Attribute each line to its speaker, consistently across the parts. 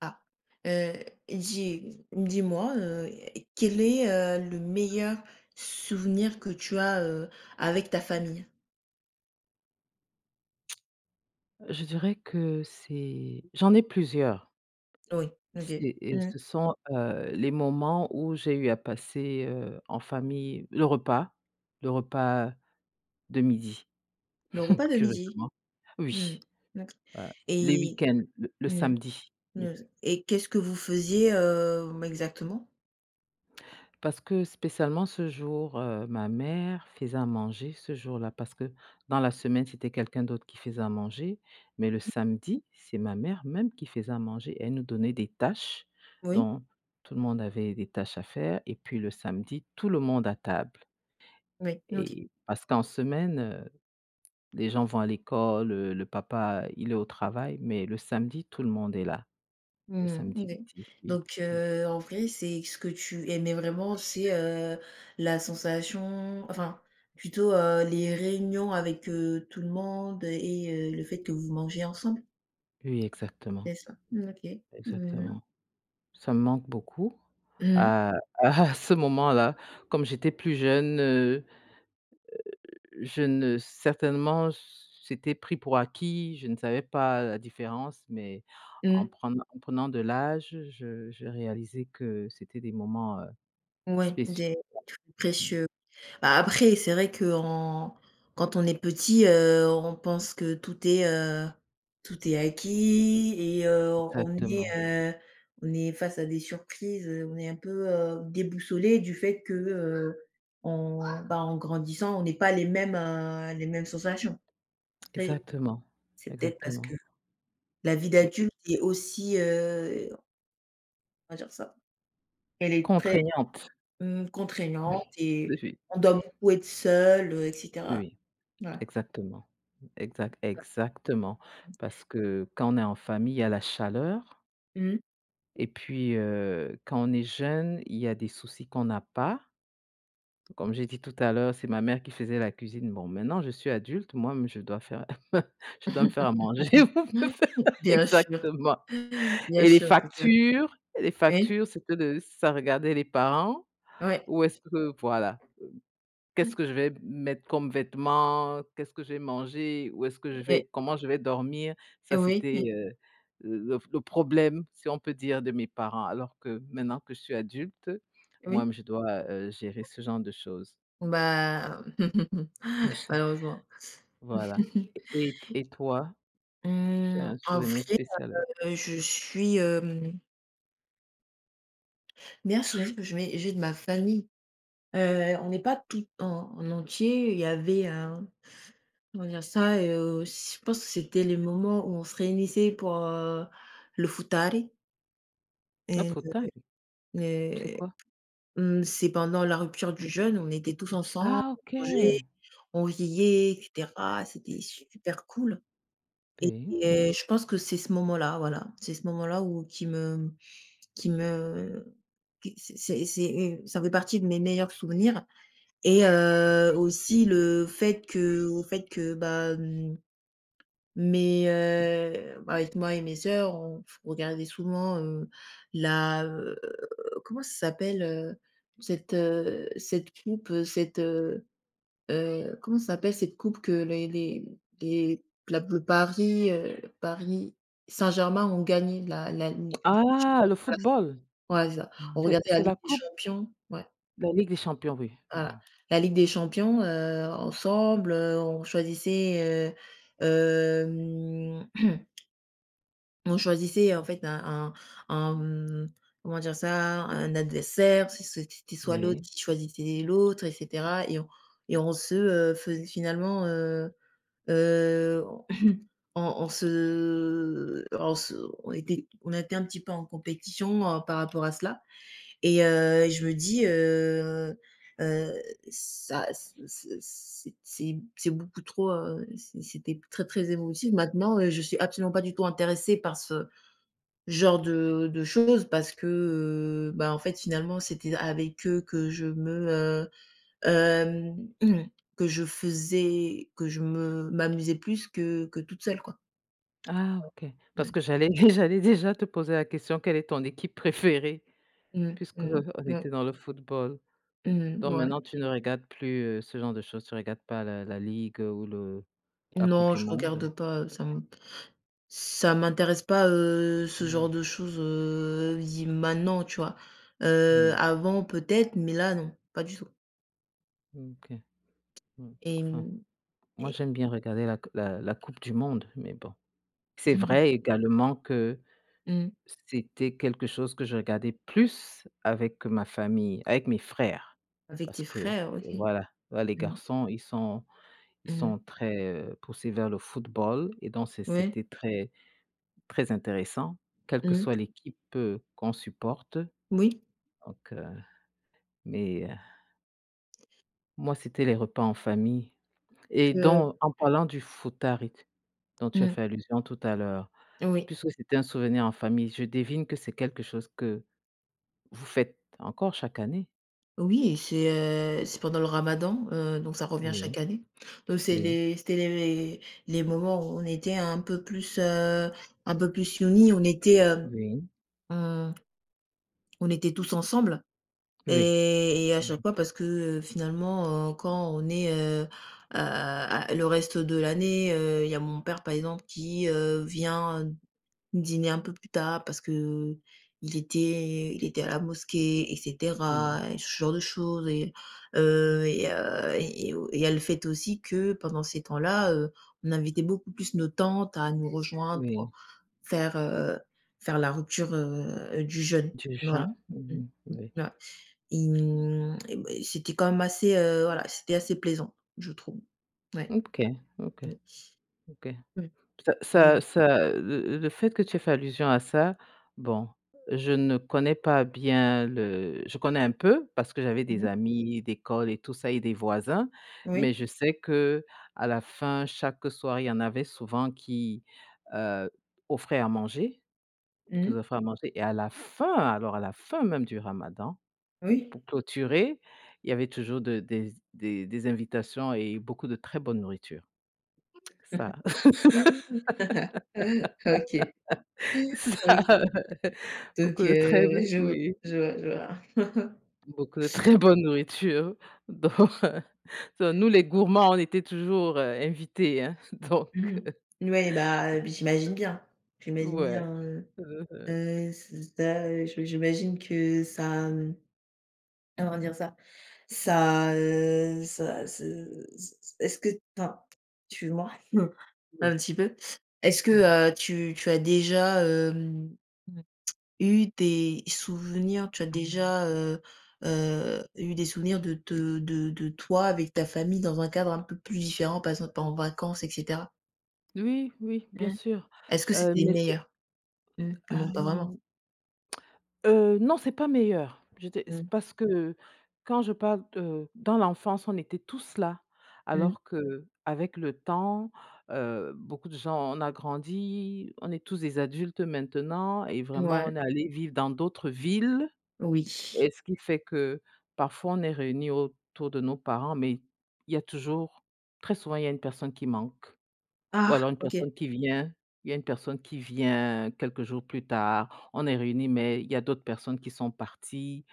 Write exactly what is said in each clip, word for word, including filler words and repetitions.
Speaker 1: Ah, heu, dis dis-moi, heu, quel est, heu, le meilleur souvenir que tu as, heu, avec ta famille?
Speaker 2: Je dirais que c'est j'en ai plusieurs.
Speaker 1: Oui, OK.
Speaker 2: C'est et
Speaker 1: Mmh.
Speaker 2: ce sont, heu, les moments où j'ai eu à passer, heu, en famille le repas, le repas de midi,
Speaker 1: Le repas de midi?
Speaker 2: curieusement.
Speaker 1: Mmh.
Speaker 2: Oui,
Speaker 1: OK
Speaker 2: heu, les
Speaker 1: et
Speaker 2: week-ends, le le
Speaker 1: mmh,
Speaker 2: samedi.
Speaker 1: et qu'est-ce que vous faisiez, heu, exactement?
Speaker 2: Parce que spécialement ce jour, heu, ma mère faisait à manger ce jour-là, parce que dans la semaine, c'était quelqu'un d'autre qui faisait à manger, mais le samedi, c'est ma mère même qui faisait à manger. Elle nous donnait des tâches,
Speaker 1: Oui?
Speaker 2: dont tout le monde avait des tâches à faire et puis le samedi, tout le monde à table
Speaker 1: Oui, OK.
Speaker 2: et parce qu'en semaine, heu, les gens vont à l'école, heu, le papa, il est au travail, mais le samedi, tout le monde est là, le
Speaker 1: Mmh,
Speaker 2: samedi
Speaker 1: OK.
Speaker 2: midi, oui.
Speaker 1: Donc
Speaker 2: Mmh.
Speaker 1: heu, en vrai, c'est ce que tu aimais vraiment, c'est, heu, la sensation enfin, plutôt, heu, les réunions avec, heu, tout le monde et heu, le fait que vous mangez ensemble?
Speaker 2: Oui, exactement,
Speaker 1: C'est ça? Mmh, OK. Mmh mh.
Speaker 2: exactement. Ça me manque beaucoup.
Speaker 1: Mmh.
Speaker 2: À à ce moment-là, comme j'étais plus jeune, heu, je ne certainement, c'était pris pour acquis, je ne savais pas la différence, mais en prenant en prenant de l'âge, je j'ai réalisé que c'était des moments, heu,
Speaker 1: Ouais,
Speaker 2: spéciaux.
Speaker 1: des précieux. Bah, après, c'est vrai qu'en quand on est petit, heu, on pense que tout est, heu, tout est acquis et heu, on est,
Speaker 2: Exactement,
Speaker 1: heu, on est face à des surprises, heu, on est un peu, heu, déboussolé du fait que, heu, on bah, en grandissant, on n'est pas les mêmes, heu, les mêmes sensations. Après,
Speaker 2: exactement,
Speaker 1: c'est peut-être parce que
Speaker 2: exactement.
Speaker 1: la vie
Speaker 2: Oui et
Speaker 1: d'adulte est aussi, heu, on va dire ça, elle est très,
Speaker 2: contraignantes.
Speaker 1: mmh, contraignante et
Speaker 2: Oui,
Speaker 1: on doit beaucoup être seul, heu et cetera.
Speaker 2: oui,
Speaker 1: Voilà.
Speaker 2: exactement. Exact, exactement. Parce que quand on est en famille, il y a la chaleur.
Speaker 1: Mmh.
Speaker 2: Et puis, heu, quand on est jeune, il y a des soucis qu'on n'a pas. Comme j'ai dit tout à l'heure, c'est ma mère qui faisait la cuisine. Bon, maintenant je suis adulte, moi je dois faire je dois me faire à manger ou me faire
Speaker 1: Bien sûr.
Speaker 2: exactement.
Speaker 1: Bien
Speaker 2: Et les
Speaker 1: sûr, c'est ça.
Speaker 2: factures les
Speaker 1: Oui,
Speaker 2: factures, c'était de ça regardait les parents.
Speaker 1: ouais,
Speaker 2: Ou est-ce que voilà. Qu'est-ce que je vais mettre comme vêtements? Qu'est-ce que je vais manger? Où est-ce que je
Speaker 1: et
Speaker 2: vais comment je vais dormir?
Speaker 1: et
Speaker 2: Ça,
Speaker 1: oui,
Speaker 2: c'était,
Speaker 1: et
Speaker 2: heu, le le problème, si on peut dire, de mes parents. Alors que maintenant que je suis adulte,
Speaker 1: oui.
Speaker 2: moi-même, je dois, heu, gérer ce genre de choses.
Speaker 1: Bah, malheureusement.
Speaker 2: Voilà. Et et toi? Tu as
Speaker 1: Mmh,
Speaker 2: un
Speaker 1: en
Speaker 2: souvenir
Speaker 1: vrai,
Speaker 2: spécial avec
Speaker 1: heu, je suis, hem, bien soulagée parce que je mets j'ai de ma famille. Heu, on n'est pas tout en en entier. Il y avait un comment dire ça? Heu, je pense que c'était les moments où on se réunissait pour, heu, le futari.
Speaker 2: un fauteuil? C'est quoi?
Speaker 1: Mmh, c'est pendant la rupture du jeûne, on était tous ensemble,
Speaker 2: Ah,
Speaker 1: on mangeait,
Speaker 2: OK!
Speaker 1: on riait et cetera. C'était super cool et
Speaker 2: Pays, mmh.
Speaker 1: et je pense que c'est ce moment-là, voilà, c'est ce moment-là où qui me qui me qui c'est c'est c'est, ça fait partie de mes meilleurs souvenirs et heu, aussi le fait que au fait que, bah, mmh mais heu, bah, avec moi et mes sœurs, on regardait souvent, heu, la, heu, comment ça s'appelle, heu, cette, heu, cette coupe, heu, cette, heu heu, comment ça s'appelle cette coupe que les les les la le Paris, heu, Paris Saint-Germain ont gagné la la Ligue des
Speaker 2: Ah, le
Speaker 1: Champions.
Speaker 2: football?
Speaker 1: Voilà, ouais, c'est ça. On Mmh.
Speaker 2: C'est
Speaker 1: regardait la
Speaker 2: c'est
Speaker 1: Ligue
Speaker 2: la
Speaker 1: des
Speaker 2: coupe?
Speaker 1: Champions, ouais,
Speaker 2: De la Ligue des champions, oui.
Speaker 1: voilà,
Speaker 2: Mmh.
Speaker 1: la Ligue des Champions, heu, ensemble, heu, on choisissait, heu, hem On choisissait en fait un un un, mmh, comment dire ça? Un adversaire, si c'était soit Mmh. l'autre
Speaker 2: Oui.
Speaker 1: qui choisissait l'autre et cetera et on et on se, heu, faisait finalement, heu heu, on on se on se on était on était un petit peu en compétition, heu, par rapport à cela et heu, je me dis, heu heu, ça c c'est c'est c'est beaucoup trop, heu, c'est c'était très, très émotif. Maintenant, heu, je suis absolument pas du tout intéressée par ce Genre de de choses parce que, heu, bah, en fait, finalement, c'était avec eux que je me, heu, hem, que je faisais que je me m'amusais plus que que toute seule, quoi.
Speaker 2: Ah, OK, parce
Speaker 1: Ouais.
Speaker 2: que j'allais j'allais déjà te poser la question, quelle est ton équipe préférée?
Speaker 1: Mmh,
Speaker 2: Puisque
Speaker 1: mmh,
Speaker 2: on
Speaker 1: ouais,
Speaker 2: était dans le football.
Speaker 1: mmh,
Speaker 2: Donc
Speaker 1: ouais.
Speaker 2: maintenant tu ne regardes plus, heu, ce genre de choses, tu ne regardes pas la la ligue, ou le la coupe
Speaker 1: Non,
Speaker 2: du
Speaker 1: je
Speaker 2: monde?
Speaker 1: regarde pas, heu, ça m ça m'intéresse pas, heu, ce
Speaker 2: Mmh,
Speaker 1: genre de choses, heu, dit maintenant, tu vois? Heu,
Speaker 2: oui,
Speaker 1: avant peut-être, mais là, non, pas du tout
Speaker 2: OK, mmh.
Speaker 1: et
Speaker 2: Enfin,
Speaker 1: mmh
Speaker 2: moi
Speaker 1: et
Speaker 2: j'aime bien regarder la la la coupe du monde, mais bon. C'est vrai également que
Speaker 1: mmh.
Speaker 2: c'était quelque chose que je regardais plus avec ma famille, avec mes frères,
Speaker 1: Avec
Speaker 2: parce
Speaker 1: tes
Speaker 2: que, heu,
Speaker 1: frères, OK.
Speaker 2: voilà, voilà les
Speaker 1: Mmh,
Speaker 2: garçons, ils sont Ils
Speaker 1: mmh.
Speaker 2: sont très, heu, poussés vers le football et donc c'est
Speaker 1: Ouais.
Speaker 2: c'était très, très intéressant, quelle que
Speaker 1: Mmh.
Speaker 2: soit l'équipe, heu, qu'on supporte
Speaker 1: Oui.
Speaker 2: donc heu, mais heu, moi, c'était les repas en famille et
Speaker 1: Que
Speaker 2: donc en parlant du foutari dont tu as
Speaker 1: Mmh.
Speaker 2: fait allusion tout à l'heure,
Speaker 1: Oui.
Speaker 2: puisque c'était un souvenir en famille, je devine que c'est quelque chose que vous faites encore chaque année?
Speaker 1: Oui et c'est, heu, c'est pendant le ramadan, heu, donc ça revient
Speaker 2: Oui,
Speaker 1: chaque année. Donc c'est
Speaker 2: oui,
Speaker 1: les c'était les les moments où on était un peu plus, heu, un peu plus unis. On était, heu,
Speaker 2: oui,
Speaker 1: on on était tous ensemble
Speaker 2: oui,
Speaker 1: et et à
Speaker 2: mmh,
Speaker 1: chaque fois parce que, heu, finalement, heu, quand on est, heu, à à le reste de l'année, heu, il y a mon père, par exemple, qui, heu, vient Dîner un peu plus tard parce que il était il était à la mosquée et
Speaker 2: oui,
Speaker 1: cetera et ce genre de choses et heu et heu et au et elle fait aussi que pendant ces temps-là, heu, on invitait beaucoup plus nos tantes à nous rejoindre
Speaker 2: oui,
Speaker 1: pour faire, heu, faire la rupture, heu, du jeûne.
Speaker 2: du juin?
Speaker 1: Voilà. Mmh,
Speaker 2: Mmh, oui.
Speaker 1: ouais. Et mmh et beh, c'était quand même assez, heu, voilà, c'était assez plaisant, je trouve. Ouais.
Speaker 2: OK, OK, OK.
Speaker 1: Mmh.
Speaker 2: Ça
Speaker 1: Oui.
Speaker 2: ça ça le le fait que tu aies fait allusion à ça, bon, je ne connais pas bien le je connais un peu parce que j'avais des
Speaker 1: Mmh.
Speaker 2: amis d'école et tout ça et des voisins,
Speaker 1: Oui.
Speaker 2: mais je sais que à la fin, chaque soir, il y en avait souvent qui, heu, offraient à manger, qui
Speaker 1: Mmh.
Speaker 2: offraient à manger et à la fin, alors à la fin même du ramadan,
Speaker 1: Oui.
Speaker 2: pour clôturer, il y avait toujours de des des des invitations et beaucoup de très bonne nourriture. Ça
Speaker 1: Mmh. OK.
Speaker 2: Ça,
Speaker 1: OK. Donc
Speaker 2: beaucoup de très
Speaker 1: heu, je vois,
Speaker 2: oui,
Speaker 1: je vois, je vois.
Speaker 2: beaucoup de très bonne nourriture. Donc donc nous les gourmands, on était toujours, heu, invités, hein, donc
Speaker 1: Mmh mh. Ouais, bah, heu, j'imagine bien. J'imagine
Speaker 2: ouais.
Speaker 1: bien, heu
Speaker 2: Heu,
Speaker 1: heu, ç ça, heu, je j'imagine que ça, mmh, comment dire ça? Ça, heu, ça ce ce est-ce que enfin, excuse-moi, un
Speaker 2: oui,
Speaker 1: petit peu. Est-ce
Speaker 2: oui.
Speaker 1: que, heu, tu tu as déjà, hem Eu des souvenirs, tu as déjà, heu heu, eu des souvenirs de te de de toi avec ta famille dans un cadre un peu plus différent, par exemple en vacances et cetera?
Speaker 2: Oui, oui, bien
Speaker 1: Mmh.
Speaker 2: sûr,
Speaker 1: Est-ce que
Speaker 2: heu,
Speaker 1: c'était les
Speaker 2: mais c'est
Speaker 1: meilleurs? Mmh, non, pas vraiment.
Speaker 2: hem Heu, non, c'est pas meilleur. J'étais C'est
Speaker 1: Mmh.
Speaker 2: parce que quand je parle, heu, dans l'enfance, on était tous là,
Speaker 1: Mmh.
Speaker 2: alors qu'avec le temps, heu, beaucoup de gens on a grandi, on est tous des adultes maintenant et vraiment
Speaker 1: Ouais,
Speaker 2: on est allés vivre dans d'autres villes
Speaker 1: oui.
Speaker 2: et ce qui fait que parfois on est réunis autour de nos parents, mais il y a toujours très souvent, il y a une personne qui manque. Ou
Speaker 1: Ah,
Speaker 2: alors une
Speaker 1: OK.
Speaker 2: personne qui vient il y a une personne qui vient quelques jours plus tard, on est réunis, mais il y a d'autres personnes qui sont parties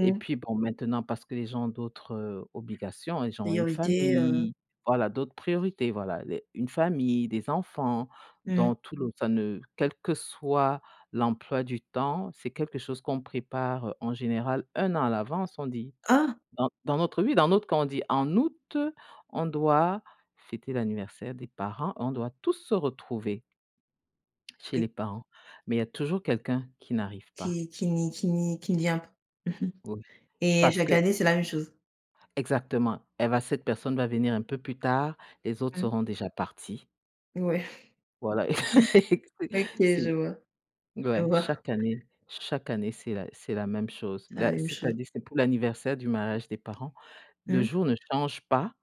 Speaker 2: et puis bon, maintenant parce que les gens ont d'autres, heu, obligations, les gens ont une
Speaker 1: Priorité, heu,
Speaker 2: famille, voilà, d'autres priorités, voilà, les une famille, des enfants,
Speaker 1: mmh.
Speaker 2: dont tout le ça ne quel que soit l'emploi du temps, c'est quelque chose qu'on prépare, heu, en général un an à l'avance, on dit.
Speaker 1: Ah!
Speaker 2: Dans dans notre oui, dans notre quand on dit en août, on doit fêter l'anniversaire des parents, on doit tous se retrouver chez
Speaker 1: Et
Speaker 2: les parents, mais il y a toujours quelqu'un qui n'arrive pas.
Speaker 1: qui qui n'y qui n'y qui ne vient pas. Mmh.
Speaker 2: Oui,
Speaker 1: Et
Speaker 2: parce
Speaker 1: chaque
Speaker 2: que
Speaker 1: année, c'est la même chose?
Speaker 2: exactement, elle va cette personne va venir un peu plus tard, les autres
Speaker 1: Mmh.
Speaker 2: seront déjà partis.
Speaker 1: Ouais.
Speaker 2: Voilà,
Speaker 1: OK,
Speaker 2: c'est
Speaker 1: je
Speaker 2: c'est
Speaker 1: vois, je
Speaker 2: ouais,
Speaker 1: vois.
Speaker 2: chaque année chaque année, c'est la c'est la même chose.
Speaker 1: C'est la
Speaker 2: Là,
Speaker 1: même chose.
Speaker 2: c'est-à-dire, c'est pour l'anniversaire du mariage des parents, le
Speaker 1: Mmh.
Speaker 2: jour ne change pas.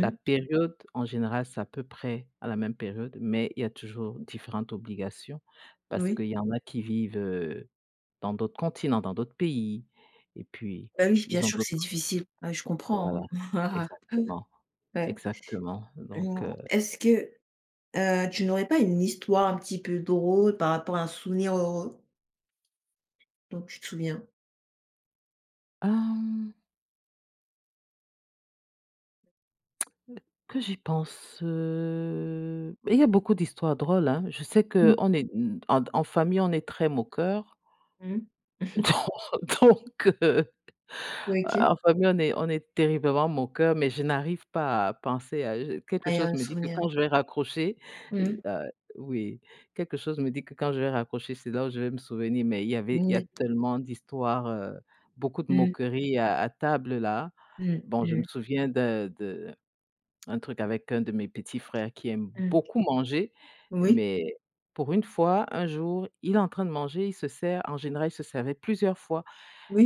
Speaker 2: La période, en général, c'est à peu près à la même période, mais il y a toujours différentes obligations parce qu'il
Speaker 1: Oui.
Speaker 2: y en a qui vivent, heu, dans d'autres continents, dans d'autres pays et puis
Speaker 1: Bah, oui, bien
Speaker 2: ils ont
Speaker 1: sûr que c'est
Speaker 2: d'autres
Speaker 1: difficile. Ouais, je
Speaker 2: voilà,
Speaker 1: comprends, hein.
Speaker 2: exactement,
Speaker 1: Ouais.
Speaker 2: exactement donc
Speaker 1: Mmh.
Speaker 2: heu,
Speaker 1: Est-ce que, heu, tu n'aurais pas une histoire un petit peu drôle par rapport à un souvenir heureux dont tu te souviens?
Speaker 2: hem, que j'y pense, heu, il y a beaucoup d'histoires drôles, hein. Je sais que
Speaker 1: Mmh.
Speaker 2: on est, mmh, en en famille, on est très moqueur,
Speaker 1: Mmh.
Speaker 2: donc heu
Speaker 1: OK.
Speaker 2: Ah, en famille, on est on est terriblement moqueur, mais je n'arrive pas à penser à je quelque
Speaker 1: Ah, il y a
Speaker 2: chose
Speaker 1: un
Speaker 2: me dit que
Speaker 1: souvenir.
Speaker 2: quand je vais raccrocher, heu
Speaker 1: Mmh.
Speaker 2: heu, oui, quelque chose me dit que quand je vais raccrocher, c'est là où je vais me souvenir, mais il y avait il y a
Speaker 1: Mmh.
Speaker 2: tellement d'histoires, heu, beaucoup de
Speaker 1: Mmh.
Speaker 2: moqueries à à table là.
Speaker 1: Mmh.
Speaker 2: Bon, je me
Speaker 1: Mmh.
Speaker 2: souviens de de un truc avec un de mes petits frères qui aime
Speaker 1: Mmh.
Speaker 2: beaucoup manger,
Speaker 1: Oui,
Speaker 2: mais pour une fois, un jour, il est en train de manger, il se sert en général, il se servait plusieurs fois.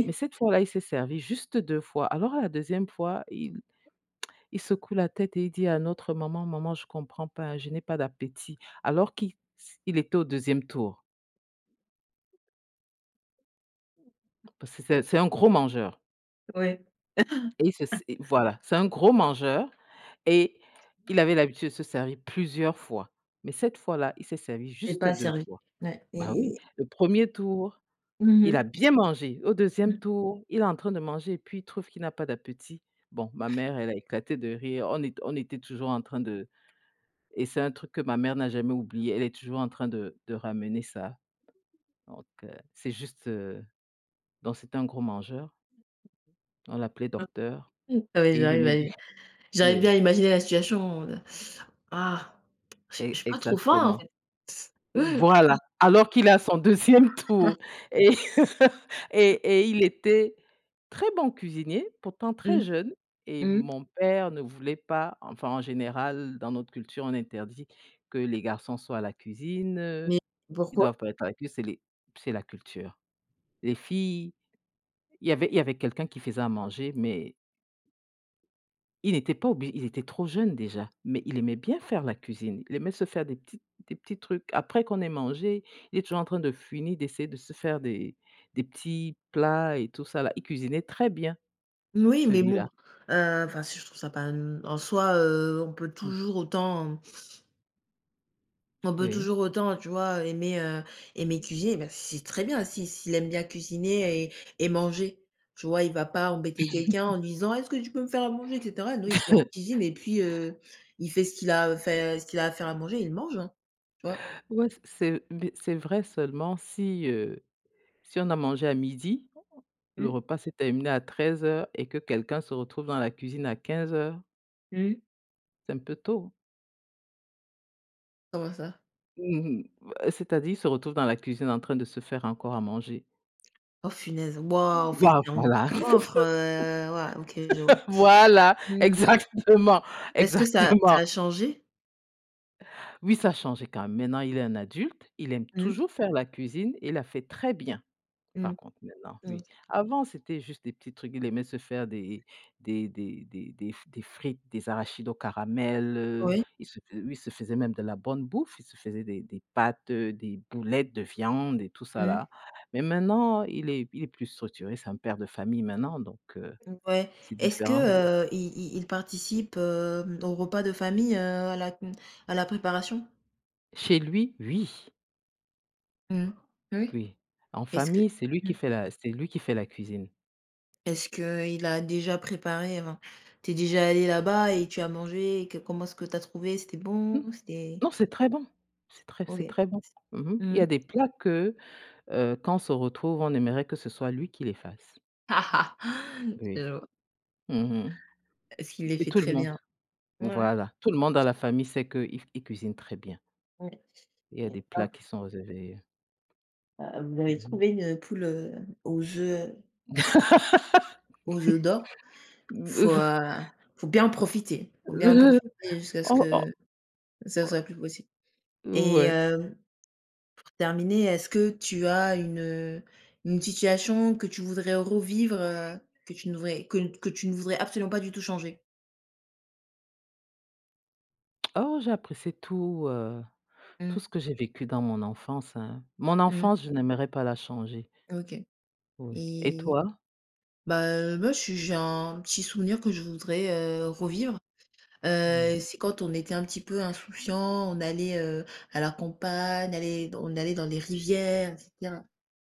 Speaker 2: Mais cette fois-là, il s'est servi juste deux fois. Alors à la deuxième fois, il il secoue la tête et il dit à notre maman: «Maman, je comprends pas, je n'ai pas d'appétit». Alors qu'il il était au deuxième tour parce que c'est c'est un gros mangeur
Speaker 1: ouais.
Speaker 2: et il se s et voilà, c'est un gros mangeur et il avait l'habitude de se servir plusieurs fois. Mais cette fois-là, il s'est servi
Speaker 1: C'est
Speaker 2: juste
Speaker 1: pas
Speaker 2: deux
Speaker 1: servi.
Speaker 2: fois.
Speaker 1: Ouais.
Speaker 2: Bah oui,
Speaker 1: et
Speaker 2: le premier tour.
Speaker 1: Mmh
Speaker 2: Il a
Speaker 1: mh.
Speaker 2: bien mangé. Au deuxième
Speaker 1: Mmh.
Speaker 2: tour, il est en train de manger et puis il trouve qu'il n'a pas d'appétit. Bon, ma mère, elle a éclaté de rire. On est on était toujours en train de et c'est un truc que ma mère n'a jamais oublié. Elle est toujours en train de de ramener ça. Donc heu, c'est juste, heu, donc c'était un gros mangeur. On l'appelait docteur
Speaker 1: Ah ouais,
Speaker 2: et il
Speaker 1: j'arrive
Speaker 2: aimait
Speaker 1: à
Speaker 2: bien
Speaker 1: j'arrive bien
Speaker 2: le
Speaker 1: à imaginer la situation, ah, je je
Speaker 2: e
Speaker 1: suis pas trop fin, en
Speaker 2: exactement.
Speaker 1: fait.
Speaker 2: Voilà, alors qu'il est à son deuxième tour et et et il était très bon cuisinier, pourtant très
Speaker 1: Mmh.
Speaker 2: jeune et
Speaker 1: Mmh.
Speaker 2: mon père ne voulait pas enfin, en général, dans notre culture, on interdit que les garçons soient à la cuisine, heu,
Speaker 1: Mais
Speaker 2: ils
Speaker 1: pourquoi?
Speaker 2: doivent pas être à la cuisine, c'est les c'est la culture. Les filles, il y avait il y avait quelqu'un qui faisait à manger, mais il n'était pas obligé, il était trop jeune déjà, mais il aimait bien faire la cuisine. Il aimait se faire des petites des petits trucs. Après qu'on ait mangé, il est toujours en train de finir d'essayer de se faire des des petits plats et tout ça là. Il cuisinait très bien
Speaker 1: Oui, mais bon,
Speaker 2: celui-là.
Speaker 1: heu, enfin, si je trouve ça pas n en soi, heu, on peut
Speaker 2: Mmh,
Speaker 1: toujours autant on peut
Speaker 2: oui.
Speaker 1: toujours autant, tu vois, aimer, heu, aimer cuisiner. Bah, c'est très bien si s'il aime bien cuisiner et et manger, tu vois? Il va pas embêter quelqu'un en disant: «Est-ce que tu peux me faire à manger?» et cetera. Non, il se met en cuisine et puis, heu, il fait ce qu'il a fait ce qu'il a à faire à manger et il mange, hein, tu vois?
Speaker 2: Ouais, c'est mais c'est vrai seulement si, heu, si on a mangé à midi, le
Speaker 1: Mmh.
Speaker 2: repas s'est terminé à treize heures et que quelqu'un se retrouve dans la cuisine à quinze heures,
Speaker 1: Mmh.
Speaker 2: c'est un peu tôt.
Speaker 1: Comment ça?
Speaker 2: Mmh mh, bah, c'est-à-dire, il se retrouve dans la cuisine en train de se faire encore à manger.
Speaker 1: Oh, punaise! Waouh, en fait,
Speaker 2: Bah,
Speaker 1: c'est un
Speaker 2: voilà.
Speaker 1: goinfre, heu, ouais, OK, je vois.
Speaker 2: Voilà,
Speaker 1: Mmh.
Speaker 2: exactement,
Speaker 1: Est-ce que ça ça
Speaker 2: exactement.
Speaker 1: a changé?
Speaker 2: Oui, ça a changé quand même. Maintenant, il est un adulte, il aime
Speaker 1: Mmh.
Speaker 2: toujours faire la cuisine et la fait très bien,
Speaker 1: Mmh.
Speaker 2: par contre, maintenant, oui.
Speaker 1: OK.
Speaker 2: Avant, c'était juste des petits trucs, il aimait se faire des des des des des f des frites, des arachides au caramel, heu,
Speaker 1: Oui.
Speaker 2: il se fai oui, il se faisait même de la bonne bouffe, il se faisait des des pâtes, heu, des boulettes de viande et tout ça
Speaker 1: Mmh.
Speaker 2: là. Mais maintenant, il est il est plus structuré, c'est un père de famille maintenant, donc heu,
Speaker 1: Ouais.
Speaker 2: c'est
Speaker 1: Est-ce que,
Speaker 2: différent.
Speaker 1: heu, i i ils participent, hem, aux repas de famille, heu, à la mmh, à la préparation?
Speaker 2: Chez lui, oui.
Speaker 1: Mmh. Oui.
Speaker 2: Oui, en
Speaker 1: Est-ce que
Speaker 2: famille, c'est lui qui
Speaker 1: mmh,
Speaker 2: fait la c'est lui qui fait la cuisine.
Speaker 1: Est-ce qu'il a déjà préparé enfin, tu es déjà allée là-bas et tu as mangé et que comment est-ce que tu as trouvé? C'était
Speaker 2: Mmh,
Speaker 1: bon? C'était
Speaker 2: non, c'est très bon, c'est très
Speaker 1: OK.
Speaker 2: c'est très bon. Mmh mh. Il y a
Speaker 1: Mmh.
Speaker 2: des plats que, heu, quand on se retrouve, on aimerait que ce soit lui qui les fasse. Oui.
Speaker 1: Je vois.
Speaker 2: Mmh mh
Speaker 1: Est-ce qu'il les
Speaker 2: et
Speaker 1: fait
Speaker 2: tout le
Speaker 1: très
Speaker 2: monde
Speaker 1: bien? Ouais,
Speaker 2: voilà, tout le monde dans la famille sait qu'il il cuisine très bien.
Speaker 1: ouais.
Speaker 2: Il y a
Speaker 1: Et
Speaker 2: des plats
Speaker 1: alors,
Speaker 2: qui sont réservés
Speaker 1: heu, vous avez
Speaker 2: mmh
Speaker 1: trouvé une poule, heu, aux œufs Aux œufs d'or, faut,
Speaker 2: mh.
Speaker 1: heu, faut bien en profiter, faut bien en profiter jusqu'à ce
Speaker 2: Oh oh,
Speaker 1: que ça soit plus possible et
Speaker 2: ouais.
Speaker 1: hem, pour terminer, est-ce que tu as une, heu, une situation que tu voudrais revivre, heu, que tu ne voudrais que que tu ne voudrais absolument pas du tout changer?
Speaker 2: Oh, j'ai apprécié tout, heu,
Speaker 1: Mmh.
Speaker 2: tout ce que j'ai vécu dans mon enfance, hein. Mon
Speaker 1: Mmh.
Speaker 2: enfance, je n'aimerais pas la changer.
Speaker 1: OK
Speaker 2: Oui et
Speaker 1: et
Speaker 2: toi?
Speaker 1: bah, heu, moi, je suis j'ai un petit souvenir que je voudrais, heu, revivre, heu,
Speaker 2: Ouais.
Speaker 1: c'est quand on était un petit peu insouciants, on allait, heu, à la campagne, aller on allait dans les rivières et cetera.